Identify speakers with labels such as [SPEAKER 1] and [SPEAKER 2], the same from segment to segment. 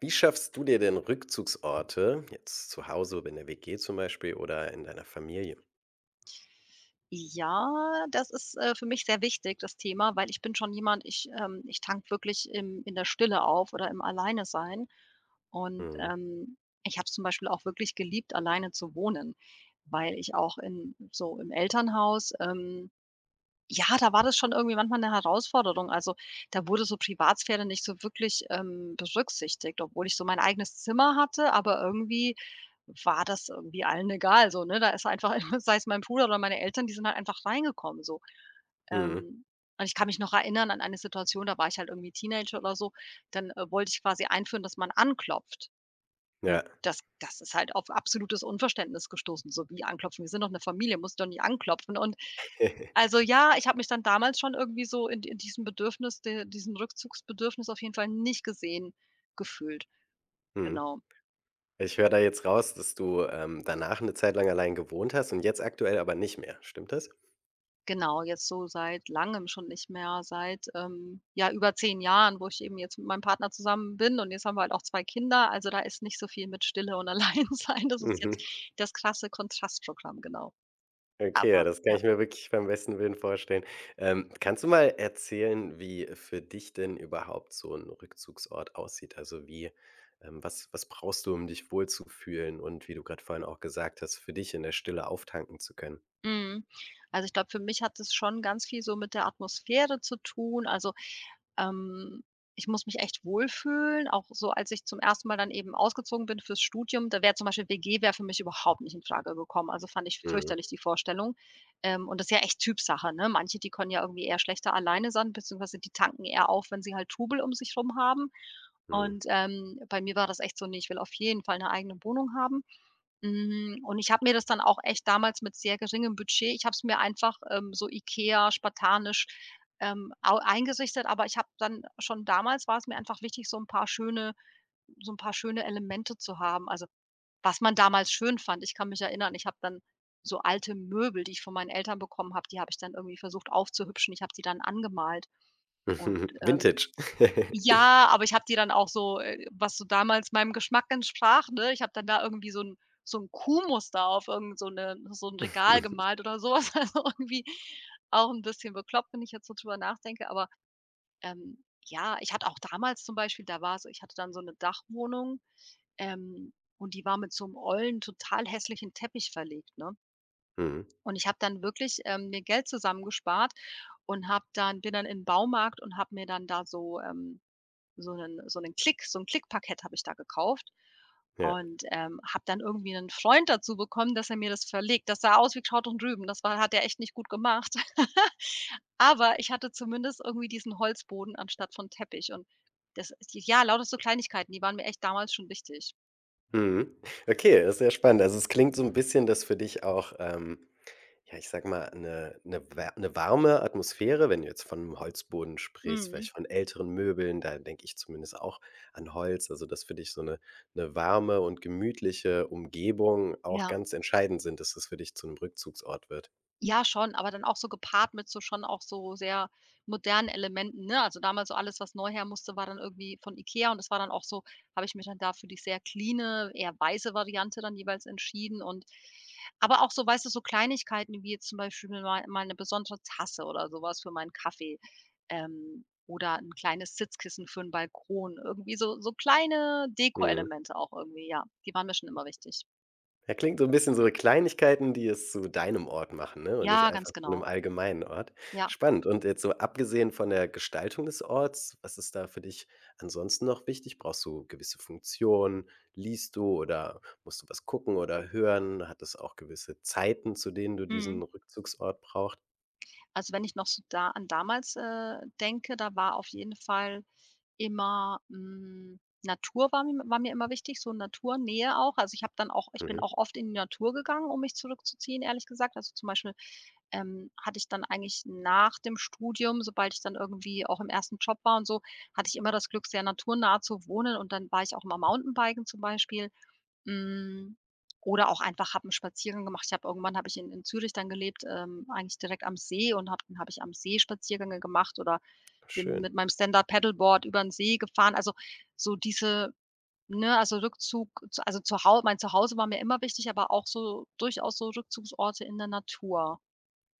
[SPEAKER 1] Wie schaffst du dir denn Rückzugsorte, jetzt zu Hause in der WG zum Beispiel oder in deiner Familie?
[SPEAKER 2] Ja, das ist, für mich sehr wichtig, das Thema, weil ich bin schon jemand, ich tank wirklich im in der Stille auf oder im Alleine sein. Und,
[SPEAKER 1] Mhm.
[SPEAKER 2] ich habe es zum Beispiel auch wirklich geliebt, alleine zu wohnen, weil ich auch in so im Elternhaus, ja, da war das schon irgendwie manchmal eine Herausforderung. Also, da wurde so Privatsphäre nicht so wirklich, berücksichtigt, obwohl ich so mein eigenes Zimmer hatte, aber irgendwie war das irgendwie allen egal so, ne? Da ist einfach sei es mein Bruder oder meine Eltern, die sind halt einfach reingekommen so.
[SPEAKER 1] Mhm.
[SPEAKER 2] Ähm, und ich kann mich noch erinnern an eine Situation, da war ich halt irgendwie Teenager oder so, dann, wollte ich quasi einführen, dass man anklopft. Und
[SPEAKER 1] Ja.
[SPEAKER 2] das ist halt auf absolutes Unverständnis gestoßen, so: „Wie anklopfen? Wir sind doch eine Familie, muss doch nicht anklopfen.“ Und also, ja, ich habe mich dann damals schon irgendwie so in diesem Bedürfnis de diesem Rückzugsbedürfnis auf jeden Fall nicht gesehen gefühlt.
[SPEAKER 1] Mhm.
[SPEAKER 2] Genau.
[SPEAKER 1] Ich höre da jetzt raus, dass du, danach eine Zeit lang allein gewohnt hast und jetzt aktuell aber nicht mehr. Stimmt das?
[SPEAKER 2] Genau, jetzt so seit Langem schon nicht mehr, seit, ja, über 10 Jahren, wo ich eben jetzt mit meinem Partner zusammen bin und jetzt haben wir halt auch 2 Kinder. Also, da ist nicht so viel mit Stille und Alleinsein. Das ist
[SPEAKER 1] Mhm.
[SPEAKER 2] jetzt das krasse Kontrastprogramm, genau.
[SPEAKER 1] Okay,
[SPEAKER 2] Aber
[SPEAKER 1] ja, das kann
[SPEAKER 2] ja.
[SPEAKER 1] ich mir wirklich beim besten Willen vorstellen. Kannst du mal erzählen, wie für dich denn überhaupt so ein Rückzugsort aussieht? Also, wie was brauchst du, um dich wohlzufühlen und wie du gerade vorhin auch gesagt hast, für dich in der Stille auftanken zu können?
[SPEAKER 2] Mhm. Also, ich glaube, für mich hat es schon ganz viel so mit der Atmosphäre zu tun. Also, ähm, ich muss mich echt wohlfühlen, auch so als ich zum ersten Mal dann eben ausgezogen bin fürs Studium, da wäre zum Beispiel WG wäre für mich überhaupt nicht in Frage gekommen. Also, fand ich
[SPEAKER 1] Mhm,
[SPEAKER 2] fürchterlich die Vorstellung. Und das ist ja echt Typsache, ne? Manche, die können ja irgendwie eher schlechter alleine sein, beziehungsweise die tanken eher auf, wenn sie halt Trubel um sich rum haben.
[SPEAKER 1] mhm.
[SPEAKER 2] Und, bei mir war das echt so: „Ne, ich will auf jeden Fall eine eigene Wohnung haben.“ Und ich habe mir das dann auch echt damals mit sehr geringem Budget, ich habe es mir einfach, so IKEA spartanisch, au eingerichtet, aber ich habe dann schon damals, war es mir einfach wichtig, so ein paar schöne Elemente zu haben. Also, was man damals schön fand. Ich kann mich erinnern, ich habe dann so alte Möbel, die ich von meinen Eltern bekommen habe, die habe ich dann irgendwie versucht aufzuhübschen. Ich habe die dann angemalt und,
[SPEAKER 1] Vintage.
[SPEAKER 2] ja, aber ich habe die dann auch so, was so damals meinem Geschmack entsprach, ne? Ich habe dann da irgendwie so 'n Kuhmuster auf irgend so 'ne so 'n Regal gemalt oder so was. Also, irgendwie auch 'n bisschen bekloppt, wenn ich jetzt so drüber nachdenke. Aber, ja, ich hatte auch damals zum Beispiel, da war so ich hatte dann so 'ne Dachwohnung, ähm, und die war mit so 'nem ollen, total hässlichen Teppich verlegt, ne?
[SPEAKER 1] Mhm,
[SPEAKER 2] Und ich habe dann wirklich, mir Geld zusammengespart und habe dann bin dann in 'n Baumarkt und habe mir dann da so, so einen Klick so ein Klickpaket habe ich da gekauft
[SPEAKER 1] ja.
[SPEAKER 2] und, habe dann irgendwie einen Freund dazu bekommen, dass er mir das verlegt. Das sah aus wie Kraut und Rüben. Das war hat er echt nicht gut gemacht. Aber ich hatte zumindest irgendwie diesen Holzboden anstatt von Teppich und das, ja, lauter so Kleinigkeiten, die waren mir echt damals schon wichtig.
[SPEAKER 1] Mhm. Okay, das ist sehr spannend. Also, es klingt so ein bisschen, dass für dich auch, ja, ich sage mal, eine wär 'ne warme Atmosphäre, wenn du jetzt von 'nem Holzboden sprichst, vielleicht
[SPEAKER 2] Mhm.
[SPEAKER 1] von älteren Möbeln, da denke ich zumindest auch an Holz, also, dass für dich so eine warme und gemütliche Umgebung auch
[SPEAKER 2] Ja.
[SPEAKER 1] ganz entscheidend sind, dass das für dich zu einem Rückzugsort wird.
[SPEAKER 2] Ja, schon, aber dann auch so gepaart mit so schon auch so sehr modernen Elementen, ne? Also, damals so alles, was neu her musste, war dann irgendwie von IKEA und das war dann auch so, habe ich mich dann da für die sehr cleane, eher weiße Variante dann jeweils entschieden und aber auch so, weißt du, so Kleinigkeiten wie jetzt zum Beispiel mal mal 'ne besondere Tasse oder sowas für meinen Kaffee, oder ein kleines Sitzkissen für 'n Balkon. Irgendwie so kleine
[SPEAKER 1] Mhm.
[SPEAKER 2] Dekoelemente auch irgendwie, ja. Die waren mir schon immer wichtig.
[SPEAKER 1] Ja, klingt so ein bisschen so Kleinigkeiten, die es zu deinem Ort machen, ne, und nicht
[SPEAKER 2] Ja,
[SPEAKER 1] einfach
[SPEAKER 2] ganz
[SPEAKER 1] zu einem
[SPEAKER 2] genau.
[SPEAKER 1] allgemeinen Ort.
[SPEAKER 2] Ja.
[SPEAKER 1] Spannend. Und jetzt so abgesehen von der Gestaltung des Orts, was ist da für dich ansonsten noch wichtig? Brauchst du gewisse Funktionen? Liest du oder musst du was gucken oder hören? Hat es auch gewisse Zeiten, zu denen du
[SPEAKER 2] Mhm.
[SPEAKER 1] diesen Rückzugsort braucht?
[SPEAKER 2] Also, wenn ich noch so da an damals, denke, da war auf jeden Fall immer, Natur war mir immer wichtig, so Naturnähe auch. Also, ich habe dann auch, ich bin
[SPEAKER 1] Mhm,
[SPEAKER 2] auch oft in die Natur gegangen, um mich zurückzuziehen, ehrlich gesagt. Also, zum Beispiel, hatte ich dann eigentlich nach dem Studium, sobald ich dann irgendwie auch im ersten Job war und so, hatte ich immer das Glück, sehr naturnah zu wohnen und dann war ich auch immer Mountainbiken zum Beispiel. Hm, oder auch einfach habe 'n Spaziergang gemacht. Ich habe irgendwann habe ich in Zürich dann gelebt, eigentlich direkt am See und habe ich am See Spaziergänge gemacht oder bin
[SPEAKER 1] schön.
[SPEAKER 2] mit meinem Stand-up-Paddleboard über den See gefahren. Also, so diese ne, also Rückzug zu also zu Hau mein Zuhause war mir immer wichtig, aber auch so durchaus so Rückzugsorte in der Natur.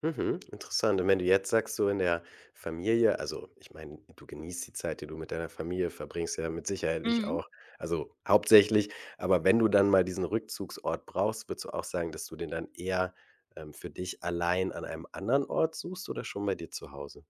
[SPEAKER 1] Mhm, interessant. Und wenn du jetzt sagst, so in der Familie, also ich meine, du genießt die Zeit, die du mit deiner Familie verbringst, ja, mit Sicherheit
[SPEAKER 2] Mhm.
[SPEAKER 1] auch, also hauptsächlich, aber wenn du dann mal diesen Rückzugsort brauchst, würdest du auch sagen, dass du den dann eher, für dich allein an einem anderen Ort suchst oder schon bei dir zu Hause?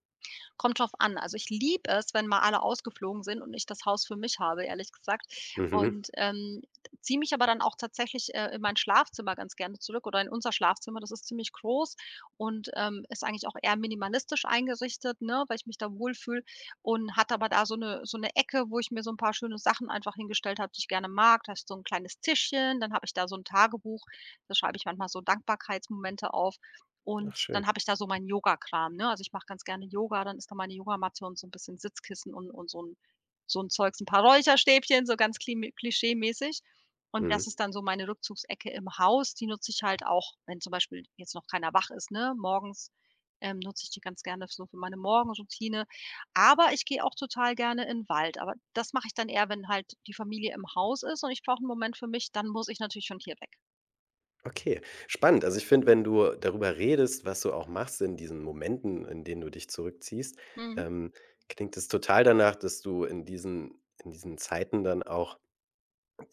[SPEAKER 2] Kommt drauf an. Also, ich liebe es, wenn mal alle ausgeflogen sind und ich das Haus für mich habe, ehrlich gesagt.
[SPEAKER 1] Mhm.
[SPEAKER 2] Und, ziehe mich aber dann auch tatsächlich, in mein Schlafzimmer ganz gerne zurück oder in unser Schlafzimmer. Das ist ziemlich groß und, ist eigentlich auch eher minimalistisch eingerichtet, ne, weil ich mich da wohlfühle und hat aber da so eine Ecke, wo ich mir so ein paar schöne Sachen einfach hingestellt habe, die ich gerne mag. Da ist so ein kleines Tischchen, dann habe ich da so ein Tagebuch, da schreibe ich manchmal so Dankbarkeitsmomente auf.
[SPEAKER 1] Ach
[SPEAKER 2] Und
[SPEAKER 1] schön.
[SPEAKER 2] dann habe ich da so meinen Yogakram, ne? Also, ich mache ganz gerne Yoga, dann ist da meine Yogamatte und so ein bisschen Sitzkissen und so ein Zeugs, ein paar Räucherstäbchen, so ganz klischee-mäßig. Und das
[SPEAKER 1] Mhm.
[SPEAKER 2] ist dann so meine Rückzugsecke im Haus. Die nutze ich halt auch, wenn zum Beispiel jetzt noch keiner wach ist, ne? Morgens, nutze ich die ganz gerne so für meine Morgenroutine. Aber ich gehe auch total gerne in 'n Wald. Aber das mache ich dann eher, wenn halt die Familie im Haus ist und ich brauche einen Moment für mich, dann muss ich natürlich schon hier weg.
[SPEAKER 1] Okay, spannend. Also, ich finde, wenn du darüber redest, was du auch machst in diesen Momenten, in denen du dich zurückziehst,
[SPEAKER 2] Mhm.
[SPEAKER 1] ähm, klingt es total danach, dass du in diesen Zeiten dann auch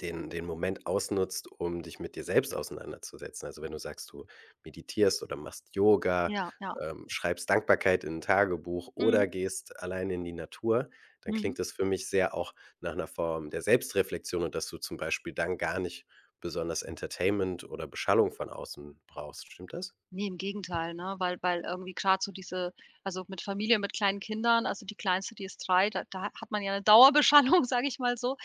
[SPEAKER 1] den Moment ausnutzt, um dich mit dir selbst auseinanderzusetzen. Also, wenn du sagst, du meditierst oder machst Yoga,
[SPEAKER 2] Ja, ja.
[SPEAKER 1] schreibst Dankbarkeit in ein Tagebuch
[SPEAKER 2] Mhm.
[SPEAKER 1] oder gehst alleine in die Natur, dann klingt
[SPEAKER 2] Mhm.
[SPEAKER 1] das für mich sehr auch nach einer Form der Selbstreflexion, und dass du zum Beispiel dann gar nicht besonders Entertainment oder Beschallung von außen brauchst. Stimmt das?
[SPEAKER 2] Ne, im Gegenteil, ne? Weil irgendwie grad so diese, also, mit Familie, mit kleinen Kindern, also, die Kleinste, die ist 3, da hat man ja 'ne Dauerbeschallung, sage ich mal so.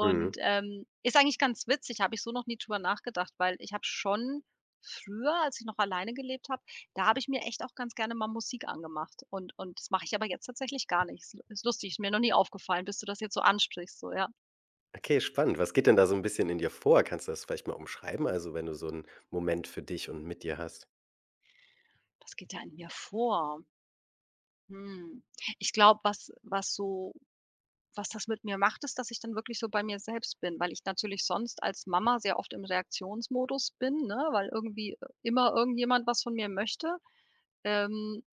[SPEAKER 1] Mhm.
[SPEAKER 2] ist eigentlich ganz witzig, habe ich so noch nie drüber nachgedacht, weil ich habe schon früher, als ich noch alleine gelebt habe, da habe ich mir echt auch ganz gerne mal Musik angemacht und das mache ich aber jetzt tatsächlich gar nicht. Ist lustig, ist mir noch nie aufgefallen, bis du das jetzt so ansprichst, so, ja.
[SPEAKER 1] Okay, spannend. Was geht denn da so ein bisschen in dir vor? Kannst du das vielleicht mal umschreiben? Also, wenn du so einen Moment für dich und mit dir hast?
[SPEAKER 2] Was geht da in mir vor? Hm. Ich glaube, was das mit mir macht, ist, dass ich dann wirklich so bei mir selbst bin, weil ich natürlich sonst als Mama sehr oft im Reaktionsmodus bin, ne, weil irgendwie, immer irgendjemand was von mir möchte. Ähm,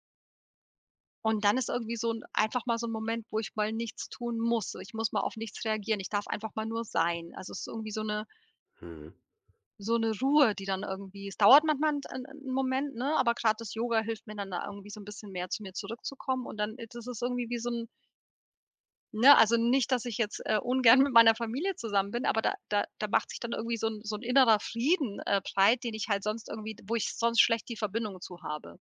[SPEAKER 2] und dann ist irgendwie so 'n einfach mal so ein Moment, wo ich mal nichts tun muss. Ich muss mal auf nichts reagieren. Ich darf einfach mal nur sein. Also, es ist irgendwie
[SPEAKER 1] Mhm.
[SPEAKER 2] so eine Ruhe, die dann irgendwie, es dauert manchmal einen 'n 'n Moment, ne, aber gerade das Yoga hilft mir dann da irgendwie so ein bisschen mehr zu mir zurückzukommen und dann ist es irgendwie wie so ein. Ne, also nicht, dass ich jetzt, ungern mit meiner Familie zusammen bin, aber da macht sich dann irgendwie so 'n innerer Frieden, breit, den ich halt sonst irgendwie, wo ich sonst schlecht die Verbindung zu habe.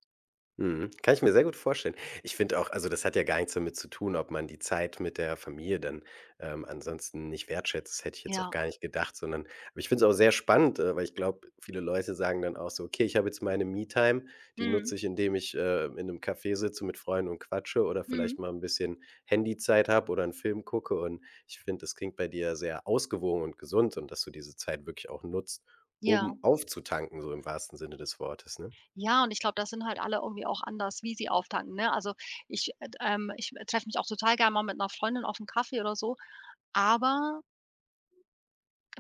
[SPEAKER 1] Mhm. Kann ich mir sehr gut vorstellen. Ich finde auch, also, das hat ja gar nichts damit zu tun, ob man die Zeit mit der Familie dann, ansonsten nicht wertschätzt. Das hätte ich jetzt auch
[SPEAKER 2] Ja.
[SPEAKER 1] gar nicht gedacht, sondern aber ich finde es auch sehr spannend, weil ich glaube, viele Leute sagen dann auch so: „Okay, ich habe jetzt meine Me-Time, die
[SPEAKER 2] Mhm.
[SPEAKER 1] nutze ich, indem ich, in einem Café sitze mit Freunden und quatsche oder
[SPEAKER 2] Mhm.
[SPEAKER 1] vielleicht mal ein bisschen Handyzeit habe oder einen Film gucke.“ Und ich finde, das klingt bei dir sehr ausgewogen und gesund, und dass du diese Zeit wirklich auch nutzt,
[SPEAKER 2] Ja.
[SPEAKER 1] um aufzutanken, so im wahrsten Sinne des Wortes, ne?
[SPEAKER 2] Ja, und ich glaube, das sind halt alle irgendwie auch anders, wie sie auftanken, ne? Also, ich, ich treffe mich auch total gerne mal mit einer Freundin auf einen Kaffee oder so, aber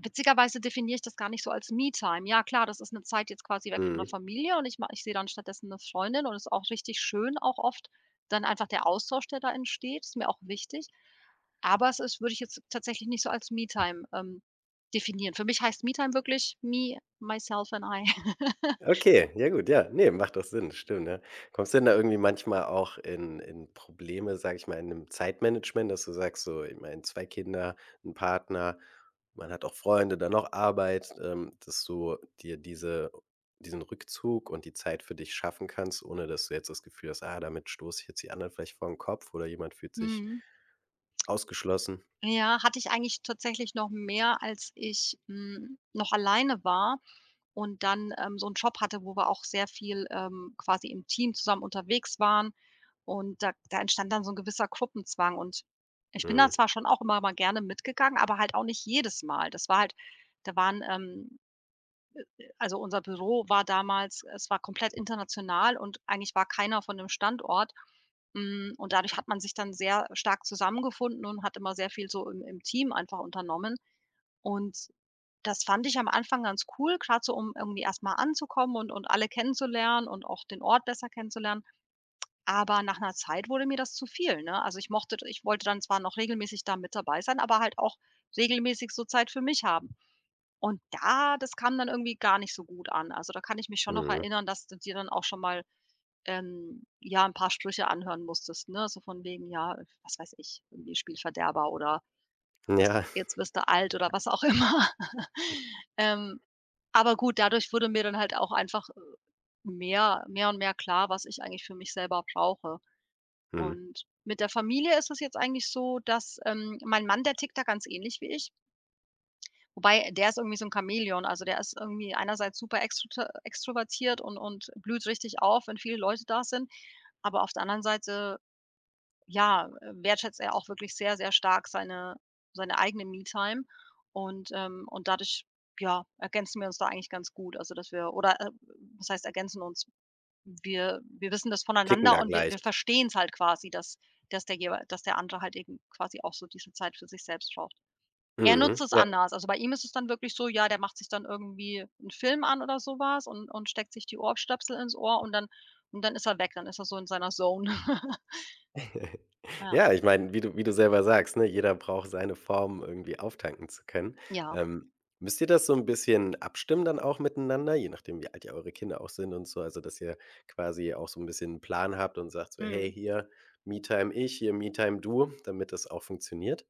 [SPEAKER 2] witzigerweise definiere ich das gar nicht so als Me-Time. Ja klar, das ist eine Zeit jetzt quasi weg von der
[SPEAKER 1] Mhm.
[SPEAKER 2] Familie und ich sehe dann stattdessen eine Freundin und es ist auch richtig schön, auch oft dann einfach der Austausch, der da entsteht, ist mir auch wichtig. Aber es ist würde ich jetzt tatsächlich nicht so als Me-Time, definieren. Für mich heißt Me-Time wirklich me, myself and I.
[SPEAKER 1] Okay, ja, gut, ja. Ne, macht doch Sinn, stimmt, ja. Kommst du denn da irgendwie manchmal auch in Probleme, sag ich mal, in 'nem Zeitmanagement, dass du sagst so, ich meine, zwei Kinder, ein Partner, man hat auch Freunde, dann noch Arbeit, dass du dir diesen Rückzug und die Zeit für dich schaffen kannst, ohne dass du jetzt das Gefühl hast: „Ah, damit stoße ich jetzt die anderen vielleicht vor den Kopf oder jemand fühlt sich
[SPEAKER 2] Mhm.
[SPEAKER 1] ausgeschlossen.“
[SPEAKER 2] Ja, hatte ich eigentlich tatsächlich noch mehr, als ich, noch alleine war und dann, so 'n Job hatte, wo wir auch sehr viel, quasi im Team zusammen unterwegs waren. Und da entstand dann so 'n gewisser Gruppenzwang. Und ich bin da
[SPEAKER 1] Mhm,
[SPEAKER 2] zwar schon auch immer mal gerne mitgegangen, aber halt auch nicht jedes Mal. Das war halt da waren, Also unser Büro war damals, es war komplett international und eigentlich war keiner von dem Standort. Und dadurch hat man sich dann sehr stark zusammengefunden und hat immer sehr viel so im Team einfach unternommen. Und das fand ich am Anfang ganz cool, gerade so, um irgendwie erst mal anzukommen und alle kennenzulernen und auch den Ort besser kennenzulernen. Aber nach einer Zeit wurde mir das zu viel, ne? Also, ich wollte dann zwar noch regelmäßig da mit dabei sein, aber halt auch regelmäßig so Zeit für mich haben. Und da Das kam dann irgendwie gar nicht so gut an. Also, da kann ich mich schon noch
[SPEAKER 1] mhm.
[SPEAKER 2] erinnern, dass du dir dann auch schon mal, ja, ein paar Sprüche anhören musstest, ne? So von wegen, ja, was weiß ich, irgendwie Spielverderber oder „Jetzt
[SPEAKER 1] Ja,
[SPEAKER 2] jetzt wirst du alt“ oder was auch immer. Ähm, aber gut, dadurch wurde mir dann halt auch einfach, mehr und mehr klar, was ich eigentlich für mich selber brauche.
[SPEAKER 1] mhm.
[SPEAKER 2] Und mit der Familie ist es jetzt eigentlich so, dass, mein Mann, der tickt da ganz ähnlich wie ich. Wobei, der ist irgendwie so 'n Chamäleon. Also, der ist irgendwie einerseits super extrota extrovertiert und blüht richtig auf, wenn viele Leute da sind. Aber auf der anderen Seite, ja, wertschätzt er auch wirklich sehr, sehr stark seine seine eigene Me-Time und dadurch, ja, ergänzen wir uns da eigentlich ganz gut. Also, dass wir oder, was heißt ergänzen uns? Wir wissen das
[SPEAKER 1] Ticken
[SPEAKER 2] voneinander
[SPEAKER 1] da
[SPEAKER 2] und wir
[SPEAKER 1] gleich.
[SPEAKER 2] wir verstehen's halt quasi, dass dass der jeweil dass der andere halt eben quasi auch so diese Zeit für sich selbst braucht. Er
[SPEAKER 1] Mhm,
[SPEAKER 2] nutzt es
[SPEAKER 1] ja.
[SPEAKER 2] anders. Also, bei ihm ist es dann wirklich so, ja, der macht sich dann irgendwie 'n Film an oder so was und steckt sich die Ohrstöpsel ins Ohr und dann ist er weg, dann ist er so in seiner Zone. Ja,
[SPEAKER 1] Ja, ich meine, wie du selber sagst, ne, jeder braucht seine Form, irgendwie auftanken zu können.
[SPEAKER 2] ja.
[SPEAKER 1] Ähm, Müsst ihr das so ein bisschen abstimmen dann auch miteinander, je nachdem, wie alt ja eure Kinder auch sind und so, also, dass ihr quasi auch so ein bisschen 'n Plan habt und sagt so: „Hey,
[SPEAKER 2] Mhm.
[SPEAKER 1] hier Me-Time ich, hier Me-Time du“, damit das auch funktioniert?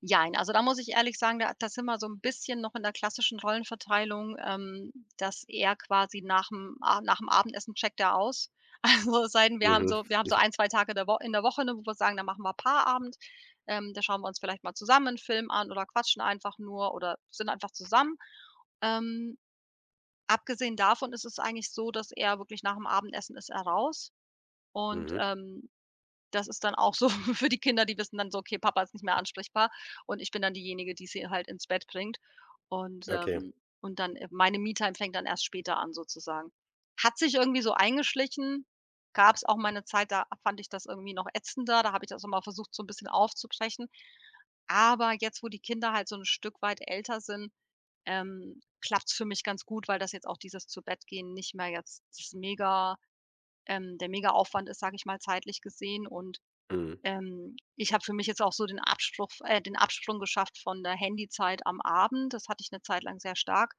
[SPEAKER 2] Jein, also da muss ich ehrlich sagen, da sind wir so ein bisschen noch in der klassischen Rollenverteilung, dass er quasi nach'm Abendessen checkt er aus. Also es sei denn, wir haben
[SPEAKER 1] Mhm,
[SPEAKER 2] so ein 2 Tage der Wo in der Woche, ne, wo wir sagen, da machen wir Paarabend. Da schauen wir uns vielleicht mal zusammen einen Film an oder quatschen einfach nur oder sind einfach zusammen. Ähm, Abgesehen davon ist es eigentlich so, dass er wirklich nach dem Abendessen ist er raus und,
[SPEAKER 1] mhm,
[SPEAKER 2] das ist dann auch so für die Kinder, die wissen dann so: „Okay, Papa ist nicht mehr ansprechbar.“ Und ich bin dann diejenige, die sie halt ins Bett bringt. Und,
[SPEAKER 1] okay,
[SPEAKER 2] ähm und dann, meine Me-Time fängt dann erst später an sozusagen. Hat sich irgendwie so eingeschlichen. Gab es auch mal 'ne Zeit, da fand ich das irgendwie noch ätzender. Da habe ich das immer versucht, so ein bisschen aufzubrechen. Aber jetzt, wo die Kinder halt so ein Stück weit älter sind, klappt's für mich ganz gut, weil das jetzt auch dieses zu Bett gehen nicht mehr jetzt das mega der Mega-Aufwand ist, sage ich mal, zeitlich gesehen und
[SPEAKER 1] mhm.
[SPEAKER 2] ich habe für mich jetzt auch so den Absprung geschafft von der Handyzeit am Abend. Das hatte ich eine Zeit lang sehr stark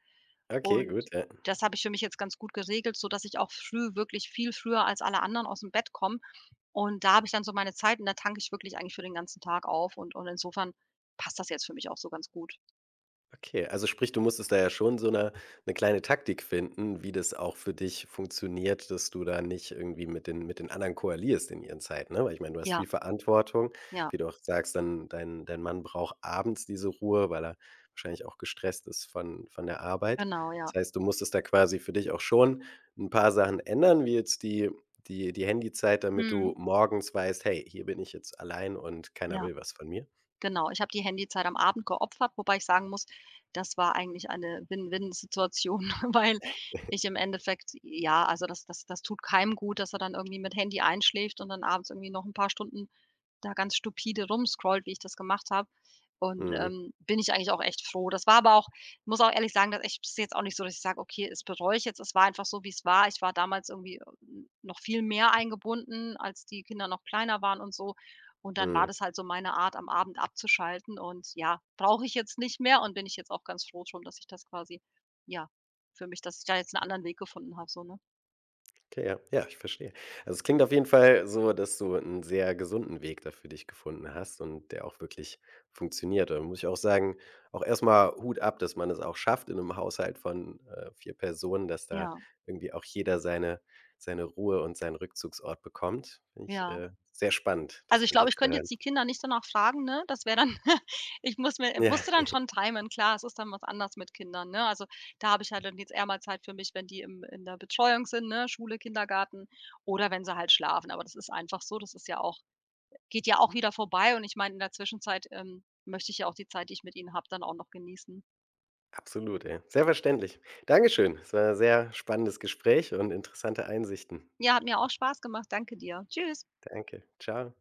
[SPEAKER 1] Okay, gut,
[SPEAKER 2] und
[SPEAKER 1] ja.
[SPEAKER 2] das habe ich für mich jetzt ganz gut geregelt, sodass ich auch früh wirklich viel früher als alle anderen aus dem Bett komme und da habe ich dann so meine Zeit und da tanke ich wirklich eigentlich für den ganzen Tag auf und insofern passt das jetzt für mich auch so ganz gut.
[SPEAKER 1] Okay, also sprich, du musstest da ja schon so eine 'ne kleine Taktik finden, wie das auch für dich funktioniert, dass du da nicht irgendwie mit den anderen koalierst in ihren Zeiten, ne? Weil ich meine, du hast
[SPEAKER 2] Ja,
[SPEAKER 1] viel Verantwortung,
[SPEAKER 2] ja,
[SPEAKER 1] wie du auch sagst, dann dein Mann braucht abends diese Ruhe, weil er wahrscheinlich auch gestresst ist von der Arbeit.
[SPEAKER 2] genau, ja.
[SPEAKER 1] Das heißt, du musstest da quasi für dich auch schon ein paar Sachen ändern, wie jetzt die Handyzeit, damit du
[SPEAKER 2] Mhm.
[SPEAKER 1] morgens weißt: „Hey, hier bin ich jetzt allein und keiner
[SPEAKER 2] Ja.
[SPEAKER 1] will was von mir.“
[SPEAKER 2] Genau, ich habe die Handyzeit am Abend geopfert, wobei ich sagen muss, das war eigentlich eine Win-Win-Situation, weil ich im Endeffekt ja, also das tut keinem gut, dass er dann irgendwie mit Handy einschläft und dann abends irgendwie noch ein paar Stunden da ganz stupide rumscrollt, wie ich das gemacht habe. Und,
[SPEAKER 1] Mhm,
[SPEAKER 2] bin ich eigentlich auch echt froh. Das war aber auch muss auch ehrlich sagen, dass ich das ist jetzt auch nicht so, dass ich sage: „Okay, es bereue ich jetzt.“ Es war einfach so, wie es war. Ich war damals irgendwie, noch viel mehr eingebunden, als die Kinder noch kleiner waren und so. Und dann war
[SPEAKER 1] mhm.
[SPEAKER 2] das halt so meine Art, am Abend abzuschalten und ja, brauche ich jetzt nicht mehr und bin ich jetzt auch ganz froh drum, dass ich das quasi ja, für mich dass ich da jetzt einen anderen Weg gefunden habe so, ne?
[SPEAKER 1] Okay, ja. Ja, ich verstehe. Also, es klingt auf jeden Fall so, dass du einen sehr gesunden Weg da für dich gefunden hast und der auch wirklich funktioniert. Da muss ich auch sagen, auch erstmal Hut ab, dass man es auch schafft in einem Haushalt von, vier Personen, dass da
[SPEAKER 2] Ja,
[SPEAKER 1] irgendwie auch jeder seine Ruhe und seinen Rückzugsort bekommt. Finde ich
[SPEAKER 2] ja.
[SPEAKER 1] sehr spannend, das
[SPEAKER 2] Also, ich
[SPEAKER 1] von dir
[SPEAKER 2] glaube, ich
[SPEAKER 1] zu
[SPEAKER 2] könnte
[SPEAKER 1] hören.
[SPEAKER 2] jetzt die Kinder nicht danach fragen, ne? Das wäre dann ich muss mir
[SPEAKER 1] Ja,
[SPEAKER 2] musste dann schon timen. Klar, es ist dann was anders mit Kindern, ne? Also, da habe ich halt dann jetzt eher mal Zeit für mich, wenn die im in der Betreuung sind, ne? Schule, Kindergarten oder wenn sie halt schlafen. Aber das ist einfach so, das ist ja auch geht ja auch wieder vorbei und ich meine, in der Zwischenzeit, möchte ich ja auch die Zeit, die ich mit ihnen habe, dann auch noch genießen.
[SPEAKER 1] absolut, ey. Sehr verständlich. Dankeschön. Es war 'n sehr spannendes Gespräch und interessante Einsichten.
[SPEAKER 2] Ja, hat mir auch Spaß gemacht. Danke dir. Tschüss.
[SPEAKER 1] Danke. Ciao.